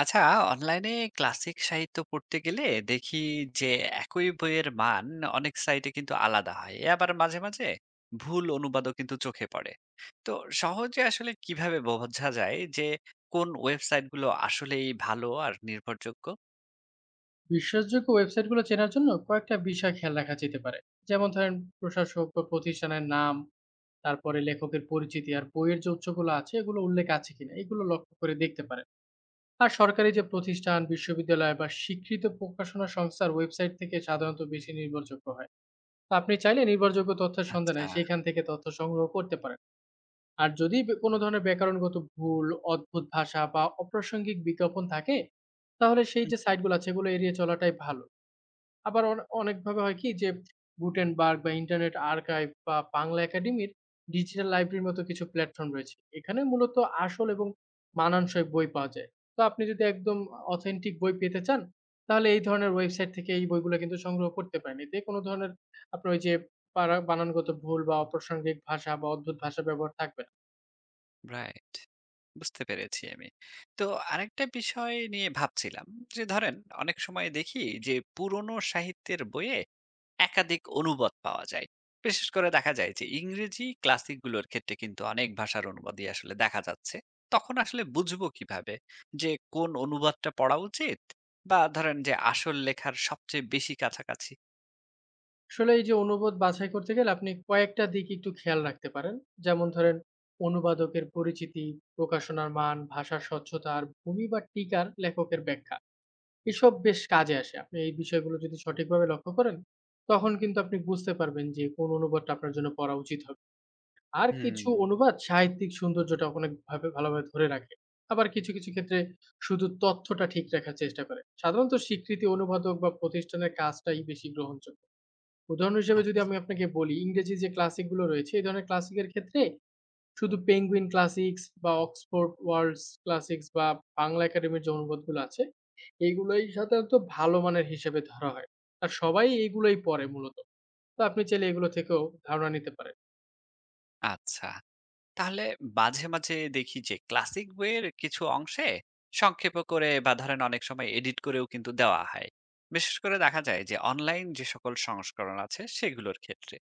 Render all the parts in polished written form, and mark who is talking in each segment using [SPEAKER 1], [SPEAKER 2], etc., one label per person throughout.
[SPEAKER 1] আচ্ছা, অনলাইনে ক্লাসিক সাহিত্য পড়তে গেলে দেখি যে একই বইয়ের মান অনেক সাইটে কিন্তু আলাদা হয়, এ আবার মাঝে মাঝে ভুল অনুবাদও কিন্তু চোখে পড়ে। তো সহজে আসলে কিভাবে বোঝা যায় যে কোন ওয়েবসাইটগুলো আসলেই ভালো আর নির্ভরযোগ্য?
[SPEAKER 2] বিশ্বাসযোগ্য ওয়েবসাইটগুলো চেনার জন্য কয়েকটা বিষয় খেয়াল রাখা যেতে পারে। যেমন ধরেন, প্রশাসক বা প্রতিষ্ঠানের নাম, তারপরে লেখকের পরিচিতি আর বইয়ের যে উৎসগুলো আছে এগুলো উল্লেখ আছে কিনা এগুলো লক্ষ্য করে দেখতে পারেন। আর সরকারি যে প্রতিষ্ঠান, বিশ্ববিদ্যালয় বা স্বীকৃত প্রকাশনা সংস্থার ওয়েবসাইট থেকে সাধারণত বেশি নির্ভরযোগ্য হয়। তো আপনি চাইলে নির্ভরযোগ্য তথ্যের সন্ধানে
[SPEAKER 1] আচ্ছা।
[SPEAKER 2] সেখান থেকে তথ্য সংগ্রহ করতে পারেন। আর যদি কোনো ধরনের ব্যাকরণগত ভুল, অদ্ভুত ভাষা বা অপ্রাসঙ্গিক বিজ্ঞাপন থাকে, তাহলে সেই যে সাইটগুলো আছে এগুলো এড়িয়ে চলাটাই ভালো। আবার অনেকভাবে হয় কি, যে Gutenberg বা ইন্টারনেট আর্কাইভ বা বাংলা একাডেমির ডিজিটাল লাইব্রেরির মতো কিছু প্ল্যাটফর্ম রয়েছে। এখানে মূলত আসল এবং মানানসই বই পাওয়া যায়। তো আপনি যদি একদম অথেন্টিক বই পেতে চান, তাহলে এই ধরনের ওয়েবসাইট থেকে এই বইগুলো কিন্তু সংগ্রহ করতে পারেন। এতে কোনো ধরনের আপনার ওই যে বানানগত ভুল বা অপ্রাসঙ্গিক ভাষা বা অদ্ভুত ভাষা ব্যবহার থাকবে না।
[SPEAKER 1] রাইট, বুঝতে পেরেছি। আমি তো আরেকটা বিষয় নিয়ে ভাবছিলাম, যে ধরেন অনেক সময় দেখি যে পুরনো সাহিত্যের বইয়ে একাধিক অনুবাদ পাওয়া যায়। বিশেষ করে দেখা যায় যে ইংরেজি ক্লাসিক গুলোর ক্ষেত্রে কিন্তু অনেক ভাষার অনুবাদই আসলে দেখা যাচ্ছে। তখন আসলে বুঝবো কিভাবে যে কোন অনুবাদটা পড়া উচিত? বা ধরেন যে আসল লেখার সবচেয়ে বেশি কাছাকাছি?
[SPEAKER 2] আসলে এই যে অনুবাদ বাছাই করতে গেলে আপনি কয়েকটা দিক একটু খেয়াল রাখতে পারেন। যেমন ধরেন, অনুবাদকের পরিচিতি, প্রকাশনার মান, ভাষার স্বচ্ছতা আর ভূমি বা টিকার লেখকের ব্যাখ্যা। এসব বেশ কাজে আসে। আপনি এই বিষয়গুলো যদি সঠিকভাবে লক্ষ্য করেন, তখন কিন্তু আপনি বুঝতে পারবেন যে কোন অনুবাদটা আপনার জন্য পড়া উচিত হবে। আর
[SPEAKER 1] হুম।
[SPEAKER 2] কিছু অনুবাদ সাহিত্যিক সৌন্দর্যটা অনেকভাবে ভালোভাবে ধরে রাখে। আবার কিছু, কিছু ক্ষেত্রে শুধু তথ্যটা ঠিক রাখার চেষ্টা করে। সাধারণত স্বীকৃতি অনুবাদক বা প্রতিষ্ঠানের কাজটাই বেশি গ্রহণযোগ্য। উদাহরণ
[SPEAKER 1] আ
[SPEAKER 2] হিসেবে যদি আমি আপনাকে বলি, ইংরেজি যে ক্লাসিক গুলো রয়েছে, এই ধরনের ক্লাসিকের ক্ষেত্রে শুধু 'পেঙ্গুইন ক্লাসিক্স' বা 'অক্সফোর্ড ওয়ার্ল্ডস ক্লাসিক্স' বা বাংলা একাডেমির যে অনুবাদগুলো আছে, এইগুলোই সাধারণত ভালো মানের হিসেবে ধরা হয়। আর সবাই এইগুলোই পড়ে মূলত। তো আপনি চাইলে এগুলো থেকেও ধারণা নিতে পারেন।
[SPEAKER 1] আচ্ছা। তাহলে মাঝে, মাঝে দেখি যে ক্লাসিক বইয়ের কিছু অংশে সংক্ষেপ করে বা ধরেন অনেক সময় এডিট করেও কিন্তু দেওয়া হয়। বিশেষ করে দেখা যায় যে অনলাইন যে সকল সংস্করণ আছে সেগুলোর ক্ষেত্রে।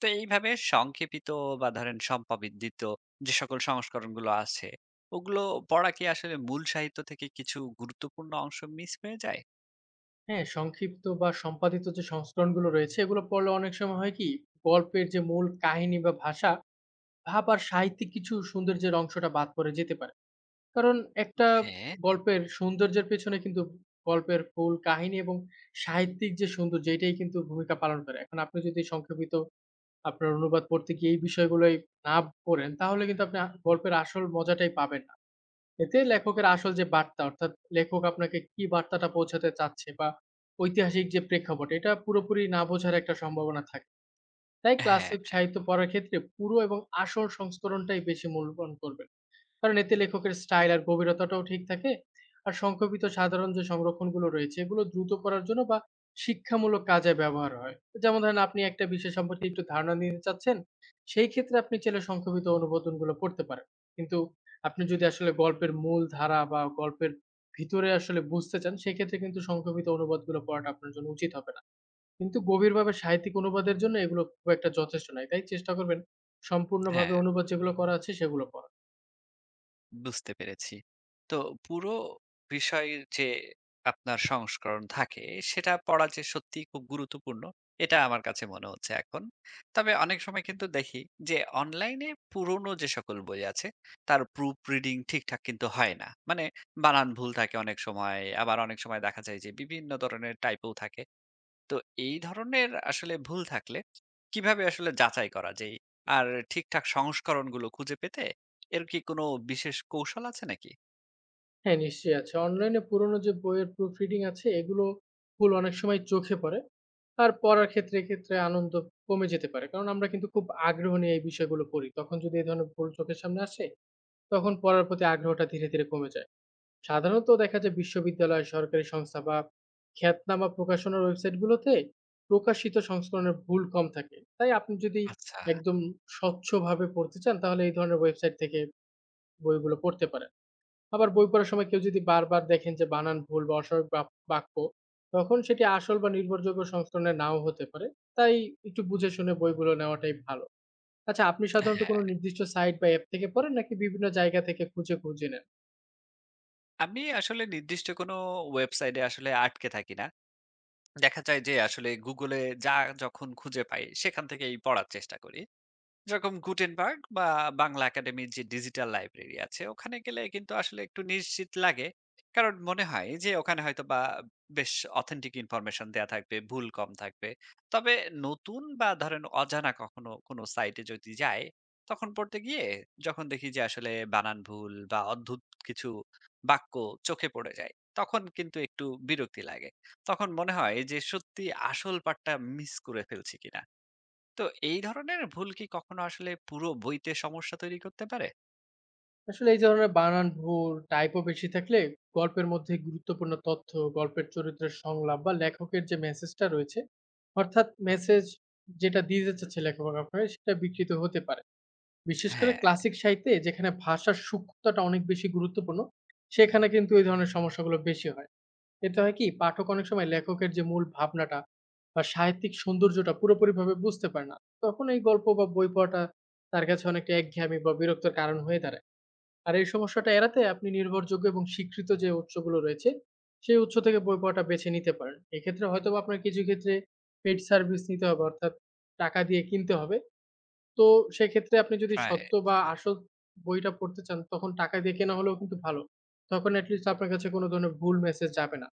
[SPEAKER 1] তো এইভাবে সংক্ষেপিত বা ধরেন সম্পাদিত যে সকল সংস্করণগুলো আছে ওগুলো পড়া কি আসলে মূল সাহিত্য থেকে কিছু গুরুত্বপূর্ণ অংশ মিস হয়ে যায়?
[SPEAKER 2] হ্যাঁ, সংক্ষিপ্ত বা সম্পাদিত যে সংস্করণগুলো রয়েছে, এগুলো পড়লে অনেক সময় হয় কি, গল্পের যে মূল কাহিনী বা ভাষা, ভাব আর সাহিত্যিক কিছু সৌন্দর্যের অংশটা বাদ পড়ে যেতে পারে। কারণ একটা
[SPEAKER 1] ওকে।
[SPEAKER 2] গল্পের সৌন্দর্যের পেছনে কিন্তু গল্পের মূল কাহিনী এবং সাহিত্যিক যে সৌন্দর্য এটাই কিন্তু ভূমিকা পালন করে। এখন আপনি যদি সংক্ষেপিত আপনার অনুবাদ পড়তে গিয়ে এই বিষয়গুলোই না পড়েন, তাহলে কিন্তু আপনি গল্পের আসল মজাটাই পাবেন না। এতে লেখকের আসল যে বার্তা, অর্থাৎ লেখক আপনাকে কি বার্তাটা পৌঁছাতে চাচ্ছে বা ঐতিহাসিক যে প্রেক্ষাপট, এটা পুরোপুরি না বোঝার একটা সম্ভাবনা থাকে। তাই
[SPEAKER 1] হ্যাঁ।
[SPEAKER 2] ক্লাসিক সাহিত্য পড়ার ক্ষেত্রে পুরো এবং আসল সংস্করণটাই বেশি মূল্যবান করবেন। কারণ এতে লেখকের স্টাইল আর গভীরতাটাও ঠিক থাকে। আর সংক্ষেপিত সাধারণ যে সংরক্ষণগুলো রয়েছে এগুলো দ্রুত পড়ার জন্য বা শিক্ষামূলক কাজে ব্যবহার হয়। যেমন ধরেন, আপনি একটা বিষয় সম্পর্কে একটু ধারণা নিতে চাচ্ছেন, সেই ক্ষেত্রে আপনি চাইলে সংক্ষেপিত অনুবাদনগুলো পড়তে পারেন। কিন্তু আপনি যদি আসলে গল্পের মূল ধারা বা গল্পের ভিতরে আসলে বুঝতে চান, সেক্ষেত্রে কিন্তু সংক্ষেপিত অনুবাদগুলো পড়াটা আপনার জন্য উচিত হবে না। কিন্তু গভীরভাবে সাহিত্যিক অনুবাদের জন্য এগুলো খুব একটা যথেষ্ট নয়। তাই চেষ্টা করবেন
[SPEAKER 1] হ্যাঁ,
[SPEAKER 2] সম্পূর্ণভাবে অনুবাদ যেগুলো করা আছে সেগুলো পড়া।
[SPEAKER 1] বুঝতে পেরেছি। তো পুরো বিষয় যে আপনার সংস্করণ থাকে সেটা পড়া যে সত্যিই খুব গুরুত্বপূর্ণ, এটা আমার কাছে মনে হচ্ছে এখন। তবে অনেক সময় কিন্তু দেখি যে অনলাইনে পুরনো যে সকল বই আছে তার প্রুফ রিডিং ঠিকঠাক কিন্তু হয় না। মানে বানান ভুল থাকে অনেক সময়, আবার অনেক সময় দেখা যায় যে বিভিন্ন ধরনের টাইপও থাকে। তো এই ধরনের আসলে ভুল থাকলে কিভাবে আসলে যাচাই করা যায়, আর ঠিকঠাক সংস্করণগুলো খুঁজে পেতে এর কি কোনো বিশেষ কৌশল আছে নাকি?
[SPEAKER 2] হ্যাঁ, নিশ্চয়ই আছে। অনলাইনে পুরোনো যে বইয়ের প্রুফ রিডিং আছে এগুলো ভুল অনেক সময় চোখে পড়ে। আর পড়ার ক্ষেত্রে, এক্ষেত্রে আনন্দ কমে যেতে পারে। কারণ আমরা কিন্তু খুব আগ্রহ নিয়ে এই বিষয়গুলো পড়ি। তখন যদি এই ধরনের ভুল চোখের সামনে আসে, তখন পড়ার প্রতি আগ্রহটা ধীরে, ধীরে কমে যায়। সাধারণত দেখা যায় বিশ্ববিদ্যালয়, সরকারি সংস্থা বা খ্যাতনামা প্রকাশনার ওয়েবসাইটগুলোতে প্রকাশিত সংস্করণের ভুল কম থাকে। তাই আপনি যদি
[SPEAKER 1] আচ্ছা।
[SPEAKER 2] একদম স্বচ্ছভাবে পড়তে চান তাহলে এই ধরনের ওয়েবসাইট থেকে বইগুলো পড়তে পারেন। আবার বই পড়ার সময় কেউ যদি বারবার দেখেন যে বানান ভুল বা অস্বাভাবিক বাক্য, তখন সেটি আসল বা নির্ভরযোগ্য সংস্করণে নাও হতে পারে। তাই একটু বুঝে শুনে বইগুলো নেওয়াটাই ভালো। আচ্ছা, আপনি সাধারণত কোনো
[SPEAKER 1] হ্যাঁ,
[SPEAKER 2] নির্দিষ্ট সাইট বা অ্যাপ থেকে পড়েন নাকি বিভিন্ন জায়গা থেকে খুঁজে খুঁজে নেন?
[SPEAKER 1] আমি আসলে নির্দিষ্ট কোনো ওয়েবসাইটে আসলে আটকে থাকি না। দেখা যায় যে আসলে গুগলে যা যখন খুঁজে পাই সেখান থেকেই পড়ার চেষ্টা করি। যেরকম গুটেনবার্গ বা বাংলা একাডেমির যে ডিজিটাল লাইব্রেরি আছে ওখানে গেলে কিন্তু আসলে একটু নিশ্চিত লাগে, কারণ মনে হয় যে ওখানে হয়তো বা বেশ অথেন্টিক ইনফরমেশন দেয়া থাকবে, ভুল কম থাকবে। তবে নতুন বা ধরেন অজানা কখনো কোনো সাইটে যদি যায়, তখন পড়তে গিয়ে যখন দেখি যে আসলে বানান ভুল বা অদ্ভুত কিছু বাক্য চোখে পড়ে যায়, তখন কিন্তু একটু বিরক্তি লাগে। তখন মনে হয় যে সত্যি আসল পাঠটা মিস করে ফেলছি কিনা। তো এই ধরনের ভুল কি কখনো আসলে পুরো বইতে সমস্যা তৈরি করতে পারে?
[SPEAKER 2] আসলে এই ধরনের বানান ভুল টাইপও বেশি থাকলে গল্পের মধ্যে গুরুত্বপূর্ণ তথ্য, গল্পের চরিত্রের সংলাপ বা লেখকের যে মেসেজটা রয়েছে, অর্থাৎ মেসেজ যেটা দিয়ে যাচ্ছে লেখক আপনাকে, সেটা বিকৃত হতে পারে। বিশেষ করে
[SPEAKER 1] হ্যাঁ,
[SPEAKER 2] ক্লাসিক সাহিত্যে যেখানে ভাষার সূক্ষ্মতাটা অনেক বেশি গুরুত্বপূর্ণ, সেখানে কিন্তু এই ধরনের সমস্যাগুলো বেশি হয়। এতে হয় কি, পাঠক অনেক সময় লেখকের যে মূল ভাবনাটা বা সাহিত্যিক সৌন্দর্যটা পুরোপুরিভাবে বুঝতে পারে না। তখন এই গল্প বা বই পড়াটা তার কাছে অনেকটা একঘেয়েমি বা বিরক্তির কারণ হয়ে দাঁড়ায়। আর এই সমস্যাটা এড়াতে আপনি নির্ভরযোগ্য এবং স্বীকৃত যে উৎসগুলো রয়েছে, সেই উৎস থেকে বই পড়াটা বেছে নিতে পারেন। এক্ষেত্রে হয়তোবা আপনার কিছু ক্ষেত্রে পেইড সার্ভিস নিতে হবে, অর্থাৎ টাকা দিয়ে কিনতে হবে। তো সেক্ষেত্রে আপনি যদি
[SPEAKER 1] প্রায়।
[SPEAKER 2] সত্য বা আসল বইটা পড়তে চান, তখন টাকা দিয়ে কেনা হলেও কিন্তু ভালো। তখন at least আপনার কাছে কোন ধরনের ভুল মেসেজ যাবে না।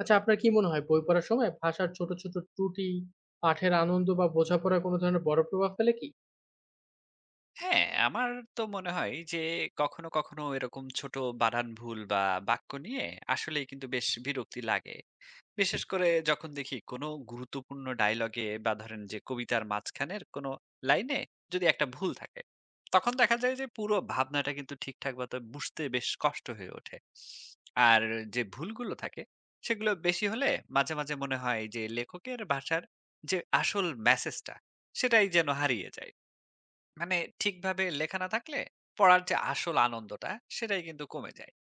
[SPEAKER 2] আচ্ছা, আপনার কি মনে হয় বই পড়ার সময় ভাষার ছোট, ছোট ত্রুটি পাঠের আনন্দ বা বোঝাপড়ায় কোন ধরনের বড় প্রভাব ফেলে কি?
[SPEAKER 1] হ্যাঁ, আমার তো মনে হয় যে কখনো, কখনো এরকম ছোট বানান ভুল বা বাক্য নিয়ে আসলেই কিন্তু বেশ বিরক্তি লাগে। বিশেষ করে যখন দেখি কোনো গুরুত্বপূর্ণ ডায়লগে বা ধরেন যে কবিতার মাঝখানের কোনো লাইনে যদি একটা ভুল থাকে, তখন দেখা যায় যে পুরো ভাবনাটা কিন্তু ঠিকঠাক মতো বুঝতে বেশ কষ্ট হয়ে ওঠে। আর যে ভুলগুলো থাকে সেগুলো বেশি হলে মাঝে মাঝে মনে হয় যে লেখকের ভাষার যে আসল মেসেজটা সেটাই যেন হারিয়ে যায়। মানে ঠিকভাবে লেখা না থাকলে পড়ার যে আসল আনন্দটা সেটাই কিন্তু কমে যায়।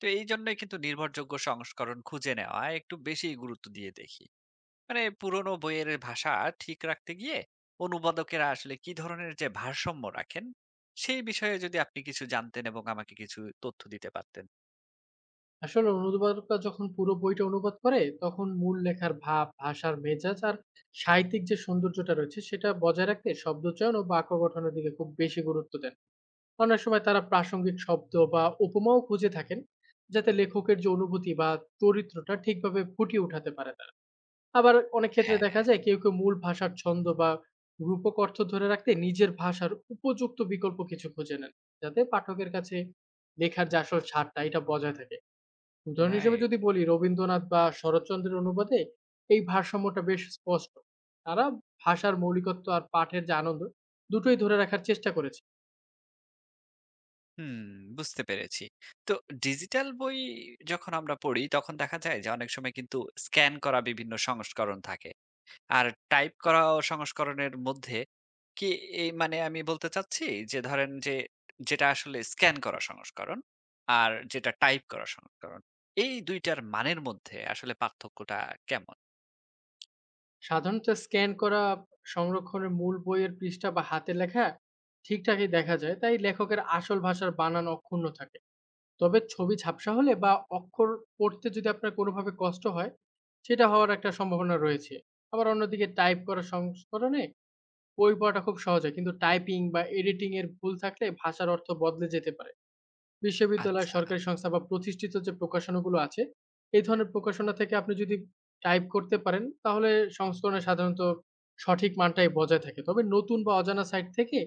[SPEAKER 1] তো এই জন্যই কিন্তু নির্ভরযোগ্য সংস্করণ খুঁজে নেওয়া একটু বেশি গুরুত্ব দিয়ে দেখি। মানে পুরোনো বইয়ের ভাষা ঠিক রাখতে গিয়ে অনুবাদকেরা আসলে কি ধরনের যে ভারসাম্য রাখেন, সেই বিষয়ে যদি আপনি কিছু জানতেন এবং আমাকে কিছু তথ্য দিতে পারতেন।
[SPEAKER 2] আসলে অনুবাদকরা যখন পুরো বইটা অনুবাদ করে, তখন মূল লেখার ভাব, ভাষার মেজাজ আর সাহিত্যিক যে সৌন্দর্যটা রয়েছে, সেটা বজায় রাখতে শব্দচয়ন ও বাক্য গঠনের দিকে খুব বেশি গুরুত্ব দেন। অনেক সময় তারা প্রাসঙ্গিক শব্দ বা উপমাও খুঁজে থাকেন, যাতে লেখকের যে অনুভূতি বা চরিত্রটা ঠিকভাবে ফুটিয়ে উঠাতে পারে তারা। আবার অনেক ক্ষেত্রে
[SPEAKER 1] হ্যাঁ।
[SPEAKER 2] দেখা যায় কেউ কেউ মূল ভাষার ছন্দ বা রূপক অর্থ ধরে রাখতে নিজের ভাষার উপযুক্ত বিকল্প কিছু খুঁজে নেন, যাতে পাঠকের কাছে লেখার যে আসল স্বাদটা এটা বজায় থাকে। উদাহরণ হিসেবে
[SPEAKER 1] রাইট।
[SPEAKER 2] যদি বলি, রবীন্দ্রনাথ বা শরৎচন্দ্রের অনুবাদে এই ভারসাম্যটা বেশ স্পষ্ট। তারা ভাষার মৌলিকত্ব আর পাঠের যে আনন্দ দুটোই ধরে রাখার চেষ্টা করেছে।
[SPEAKER 1] হুম, বুঝতে পেরেছি। তো ডিজিটাল বই যখন আমরা পড়ি তখন দেখা যায় যে অনেক সময় কিন্তু স্ক্যান করা বিভিন্ন সংস্করণ থাকে আর টাইপ করা ও সংস্করণের মধ্যে কি, এই মানে আমি বলতে চাচ্ছি যে ধরেন যে যেটা আসলে স্ক্যান করা সংস্করণ আর যেটা টাইপ করা সংস্করণ, এই ২ টার মানের মধ্যে আসলে পার্থক্যটা কেমন?
[SPEAKER 2] সাধারণত স্ক্যান করা সংরক্ষণের মূল বইয়ের পৃষ্ঠা বা হাতে লেখা ঠিকঠাকই দেখা যায়, তাই লেখকের আসল ভাষার বানান অক্ষুণ্ণ থাকে। তবে ছবি ঝাপসা হলে বা অক্ষর পড়তে যদি আপনার কোনোভাবে কষ্ট হয়, সেটা হওয়ার একটা সম্ভাবনা রয়েছে। আবার অন্যদিকে টাইপ করা সংস্করণে বই পড়াটা খুব সহজ হয়, কিন্তু টাইপিং বা এডিটিং এর ভুল থাকলে ভাষার অর্থ বদলে যেতে পারে। বিশ্ববিদ্যালয়,
[SPEAKER 1] আচ্ছা,
[SPEAKER 2] সরকারি সংস্থা বা প্রতিষ্ঠিত যে প্রকাশনাগুলো আছে, এই ধরনের প্রকাশনা থেকে আপনি যদি টাইপ করতে পারেন, তাহলে সংস্করণে সাধারণত সঠিক মানটাই বজায় থাকে। তবে নতুন বা অজানা সাইট থেকে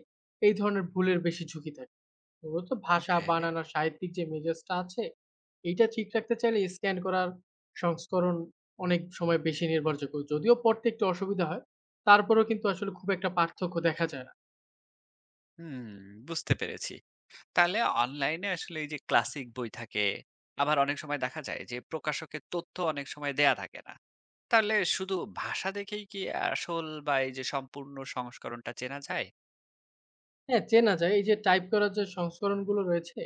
[SPEAKER 2] এই ধরনের ভুলের বেশি ঝুঁকি থাকে। মূলত ভাষা,
[SPEAKER 1] ওকে।
[SPEAKER 2] বানান আর সাহিত্যিক যে মেজাজটা আছে, এইটা ঠিক রাখতে চাইলে স্ক্যান করার সংস্করণ অনেক সময় বেশি নির্ভরযোগ্য। যদিও পড়তে একটু অসুবিধা হয়, তারপরেও কিন্তু আসলে খুব একটা পার্থক্য দেখা যায় না।
[SPEAKER 1] হুম, বুঝতে পেরেছি। তাহলে অনলাইনে আসলে এই যে ক্লাসিক বই থাকে, আবার অনেক সময় দেখা যায় যে প্রকাশকের তথ্য অনেক সময় দেয়া থাকে না। তাহলে শুধু ভাষা দেখেই কি আসল বা এই যে সম্পূর্ণ সংস্করণটা চেনা যায়?
[SPEAKER 2] হ্যাঁ, চেনা যায়। এই যে টাইপ করার যে সংস্করণগুলো রয়েছে,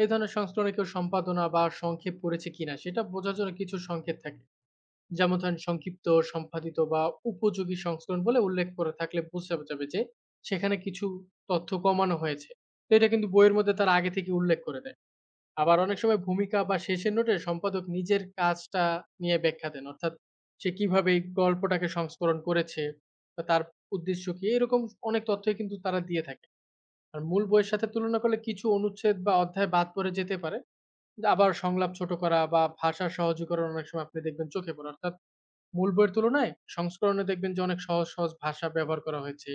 [SPEAKER 2] এই ধরনের সংস্করণে কেউ সম্পাদনা বা সংক্ষেপ করেছে কিনা সেটা বোঝার জন্য কিছু সংকেত থাকে। যেমন ধরেন, সংক্ষিপ্ত, সম্পাদিত বা উপযোগী সংস্করণ বলে উল্লেখ করে থাকলে বোঝা যাবে যে সেখানে কিছু তথ্য কমানো হয়েছে। তো এটা কিন্তু বইয়ের মধ্যে তারা আগে থেকে উল্লেখ করে দেয়। আবার অনেক সময় ভূমিকা বা শেষের নোটে সম্পাদক নিজের কাজটা নিয়ে ব্যাখ্যা দেন। অর্থাৎ সে কিভাবে এই গল্পটাকে সংস্করণ করেছে বা তার উদ্দেশ্য কি, এরকম অনেক তথ্যই কিন্তু তারা দিয়ে থাকে। আর মূল বইয়ের সাথে তুলনা করলে কিছু অনুচ্ছেদ বা অধ্যায় বাদ পড়ে যেতে পারে। আবার সংলাপ ছোট করা বা ভাষা সহজীকরণ অনেক সময় আপনি দেখবেন চোখে পড়ে। অর্থাৎ মূল বইয়ের তুলনায় সংস্করণে দেখবেন যে অনেক সহজ, সহজ ভাষা ব্যবহার করা হয়েছে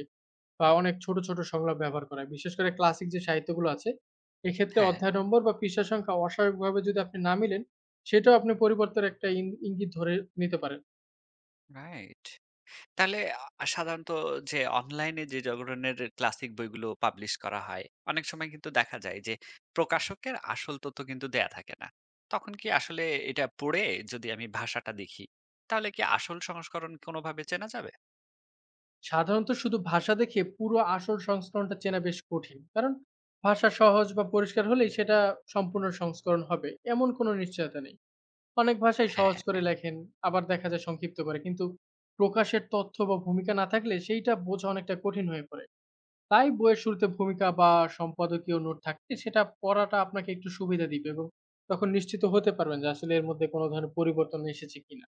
[SPEAKER 2] বা অনেক ছোট, ছোট সংলাপ ব্যবহার করা হয়। বিশেষ করে ক্লাসিক যে সাহিত্যগুলো আছে, এক্ষেত্রে
[SPEAKER 1] হ্যাঁ।
[SPEAKER 2] অধ্যায় নম্বর বা পৃষ্ঠা সংখ্যা অস্বাভাবিকভাবে যদি আপনি না মিলেন, সেটাও আপনি পরিবর্তনের একটা ইঙ্গিত ধরে নিতে পারেন।
[SPEAKER 1] রাইট। তাহলে সাধারণত যে অনলাইনে যে ধরনের ক্লাসিক বইগুলো পাবলিশ করা হয়, অনেক সময় কিন্তু দেখা যায় যে প্রকাশকের আসল তথ্য কিন্তু দেয়া থাকে না। তখন কি আসলে এটা পড়ে, যদি আমি ভাষাটা দেখি, তাহলে কি আসল সংস্করণ কোনোভাবে চেনা যাবে?
[SPEAKER 2] সাধারণত শুধু ভাষা দেখে পুরো আসল সংস্করণটা চেনা বেশ কঠিন, কারণ ভাষা সহজ বা পরিষ্কার হলেই সেটা সম্পূর্ণ সংস্করণ হবে এমন কোনো নিশ্চয়তা নেই। অনেক ভাষাই সহজ
[SPEAKER 1] হ্যাঁ,
[SPEAKER 2] করে লেখেন। আবার দেখা যায় সংক্ষিপ্ত করে কিন্তু প্রকাশের তথ্য বা ভূমিকা না থাকলে সেইটা বোঝা অনেকটা কঠিন হয়ে পড়ে। তাই বইয়ের শুরুতে ভূমিকা বা সম্পাদকীয় নোট থাকলে সেটা পড়াটা আপনাকে একটু সুবিধা দিবে এবং তখন নিশ্চিত হতে পারবেন যে আসলে এর মধ্যে কোনো ধরনের পরিবর্তন এসেছে কিনা।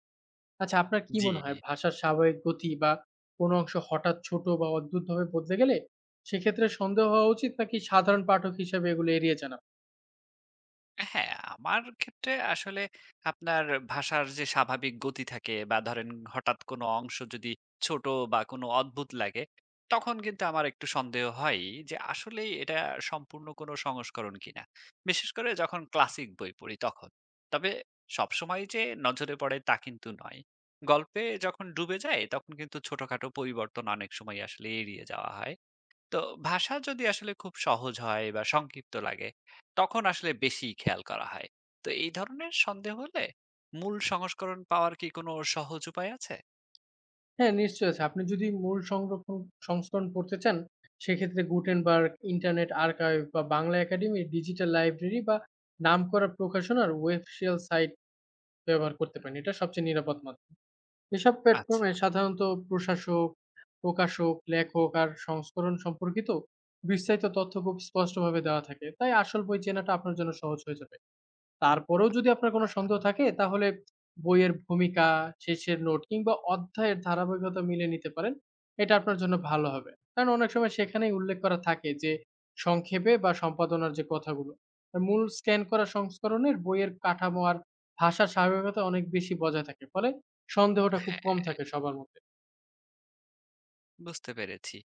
[SPEAKER 2] আচ্ছা, আপনার কি
[SPEAKER 1] জি।
[SPEAKER 2] মনে হয় ভাষার স্বাভাবিক গতি বা কোনো অংশ হঠাৎ ছোট বা অদ্ভুতভাবে বদলে গেলে সেক্ষেত্রে সন্দেহ হওয়া উচিত নাকি সাধারণ পাঠক হিসেবে এগুলো এড়িয়ে যান আপনি?
[SPEAKER 1] হ্যাঁ, আমার ক্ষেত্রে আসলে আপনার ভাষার যে স্বাভাবিক গতি থাকে বা ধরেন হঠাৎ কোনো অংশ যদি ছোট বা কোনো অদ্ভুত লাগে, তখন কিন্তু আমার একটু সন্দেহ হয়ই যে আসলেই এটা সম্পূর্ণ কোনো সংস্করণ কিনা। বিশেষ করে যখন ক্লাসিক বই পড়ি তখন। তবে সবসময় যে নজরে পড়ে তা কিন্তু নয়। গল্পে যখন ডুবে যাই তখন কিন্তু ছোটখাটো পরিবর্তন অনেক সময় আসলে এড়িয়ে যাওয়া হয়। তো ভাষা যদি আসলে খুব সহজ হয় বা সংক্ষিপ্ত লাগে তখন আসলে বেশি খেয়াল করা হয়। তো এই ধরনের সন্দেহ হলে মূল সংস্করণ পাওয়ার কি কোনো সহজ উপায় আছে?
[SPEAKER 2] হ্যাঁ, নিশ্চয়ই আছে। আপনি যদি মূল সংস্করণ পড়তে চান, সেক্ষেত্রে গুটেনবার্গ, ইন্টারনেট আর্কাইভ বা বাংলা একাডেমি ডিজিটাল লাইব্রেরি বা নামকরা প্রকাশনার ওয়েবশিয়াল সাইট ব্যবহার করতে পারেন। এটা সবচেয়ে নিরাপদ মাধ্যম। এসব
[SPEAKER 1] আচ্ছা।
[SPEAKER 2] প্ল্যাটফর্মে সাধারণত প্রশাসক, প্রকাশক, লেখক আর সংস্করণ সম্পর্কিত বিস্তারিত তথ্য খুব স্পষ্টভাবে দেওয়া থাকে। তাই আসল বই চেনাটা আপনার জন্য সহজ হয়ে যাবে। তারপরেও যদি আপনার কোনো সন্দেহ থাকে, তাহলে বইয়ের ভূমিকা, শেষের নোট কিংবা অধ্যায়ের ধারাবাহিকতা মিলিয়ে নিতে পারেন। এটা আপনার জন্য ভালো হবে। কারণ অনেক সময় সেখানেই উল্লেখ করা থাকে যে সংক্ষেপে বা সম্পাদনার যে কথাগুলো। আর মূল স্ক্যান করা সংস্করণের বইয়ের কাঠামো আর ভাষার স্বাভাবিকতা অনেক বেশি বজায় থাকে। ফলে সন্দেহটা খুব কম থাকে সবার মধ্যে।
[SPEAKER 1] বুঝতে পেরেছি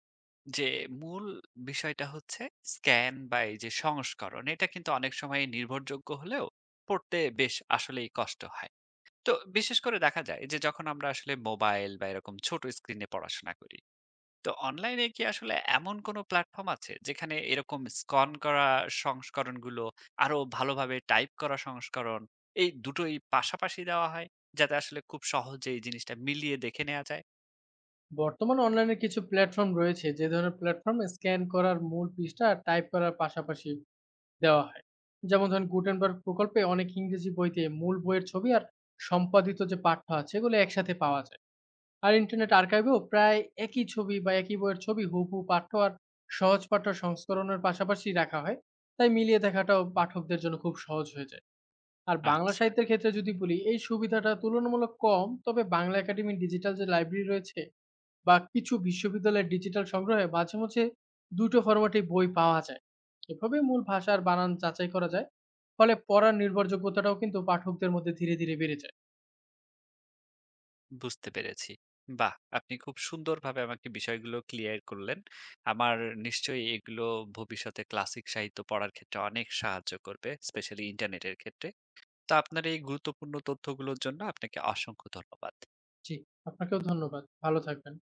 [SPEAKER 1] যে মূল বিষয়টা হচ্ছে স্ক্যান বা এই যে সংস্করণ, এটা কিন্তু অনেক সময় নির্ভরযোগ্য হলেও পড়তে বেশ আসলেই কষ্ট হয়। তো বিশেষ করে দেখা যায় যে যখন আমরা আসলে মোবাইল বা এরকম ছোট স্ক্রিনে পড়াশোনা করি। তো অনলাইনে কি আসলে এমন কোনো প্ল্যাটফর্ম আছে যেখানে এরকম স্ক্যান করা সংস্করণগুলো আরো ভালোভাবে টাইপ করা সংস্করণ, এই দুটোই পাশাপাশি দেওয়া হয়, যাতে আসলে খুব সহজে এই জিনিসটা মিলিয়ে দেখে নেওয়া যায়?
[SPEAKER 2] বর্তমানে অনলাইনে কিছু প্ল্যাটফর্ম রয়েছে যে ধরনের প্ল্যাটফর্মে স্ক্যান করার মূল পৃষ্ঠা টাইপ করার পাশাপাশি দেওয়া হয়। যেমন ধরেন, গুটেনবার্গ প্রকল্পে অনেক ইংরেজি বইতে মূল বইয়ের ছবি আর সম্পাদিত যে পাঠ্য আছে এগুলো একসাথে পাওয়া যায়। আর ইন্টারনেট আর্কাইভেও প্রায় একই ছবি বা একই বইয়ের ছবি হুবহু পাঠ্য আর সহজ পাঠ্য সংস্করণের পাশাপাশি রাখা হয়। তাই মিলিয়ে দেখাটাও পাঠকদের জন্য খুব সহজ হয়ে যায়। আর বাংলা
[SPEAKER 1] আচ্ছা,
[SPEAKER 2] সাহিত্যের ক্ষেত্রে যদি বলি, এই সুবিধাটা তুলনামূলক কম, তবে বাংলা একাডেমির ডিজিটাল যে লাইব্রেরি রয়েছে বা কিছু বিশ্ববিদ্যালয়ের ডিজিটাল সংগ্রহে মাঝে মাঝে দুটো ফরম্যাটে বই পাওয়া যায়। এভাবে মূল ভাষার বানান যাচাই করা যায়। ফলে পড়ার নির্ভরযোগ্যতাটাও কিন্তু পাঠকদের মধ্যে ধীরে ধীরে বেড়ে যায়।
[SPEAKER 1] বুঝতে পেরেছি। বাহ, আপনি খুব সুন্দরভাবে আমাকে বিষয়গুলো ক্লিয়ার করলেন। আমার নিশ্চয়ই এগুলো ভবিষ্যতে ক্লাসিক সাহিত্য পড়ার ক্ষেত্রে অনেক সাহায্য করবে, স্পেশালি ইন্টারনেটের ক্ষেত্রে। তো আপনার এই গুরুত্বপূর্ণ তথ্যগুলোর জন্য আপনাকে অসংখ্য ধন্যবাদ।
[SPEAKER 2] জি, আপনাকেও ধন্যবাদ। ভালো থাকবেন।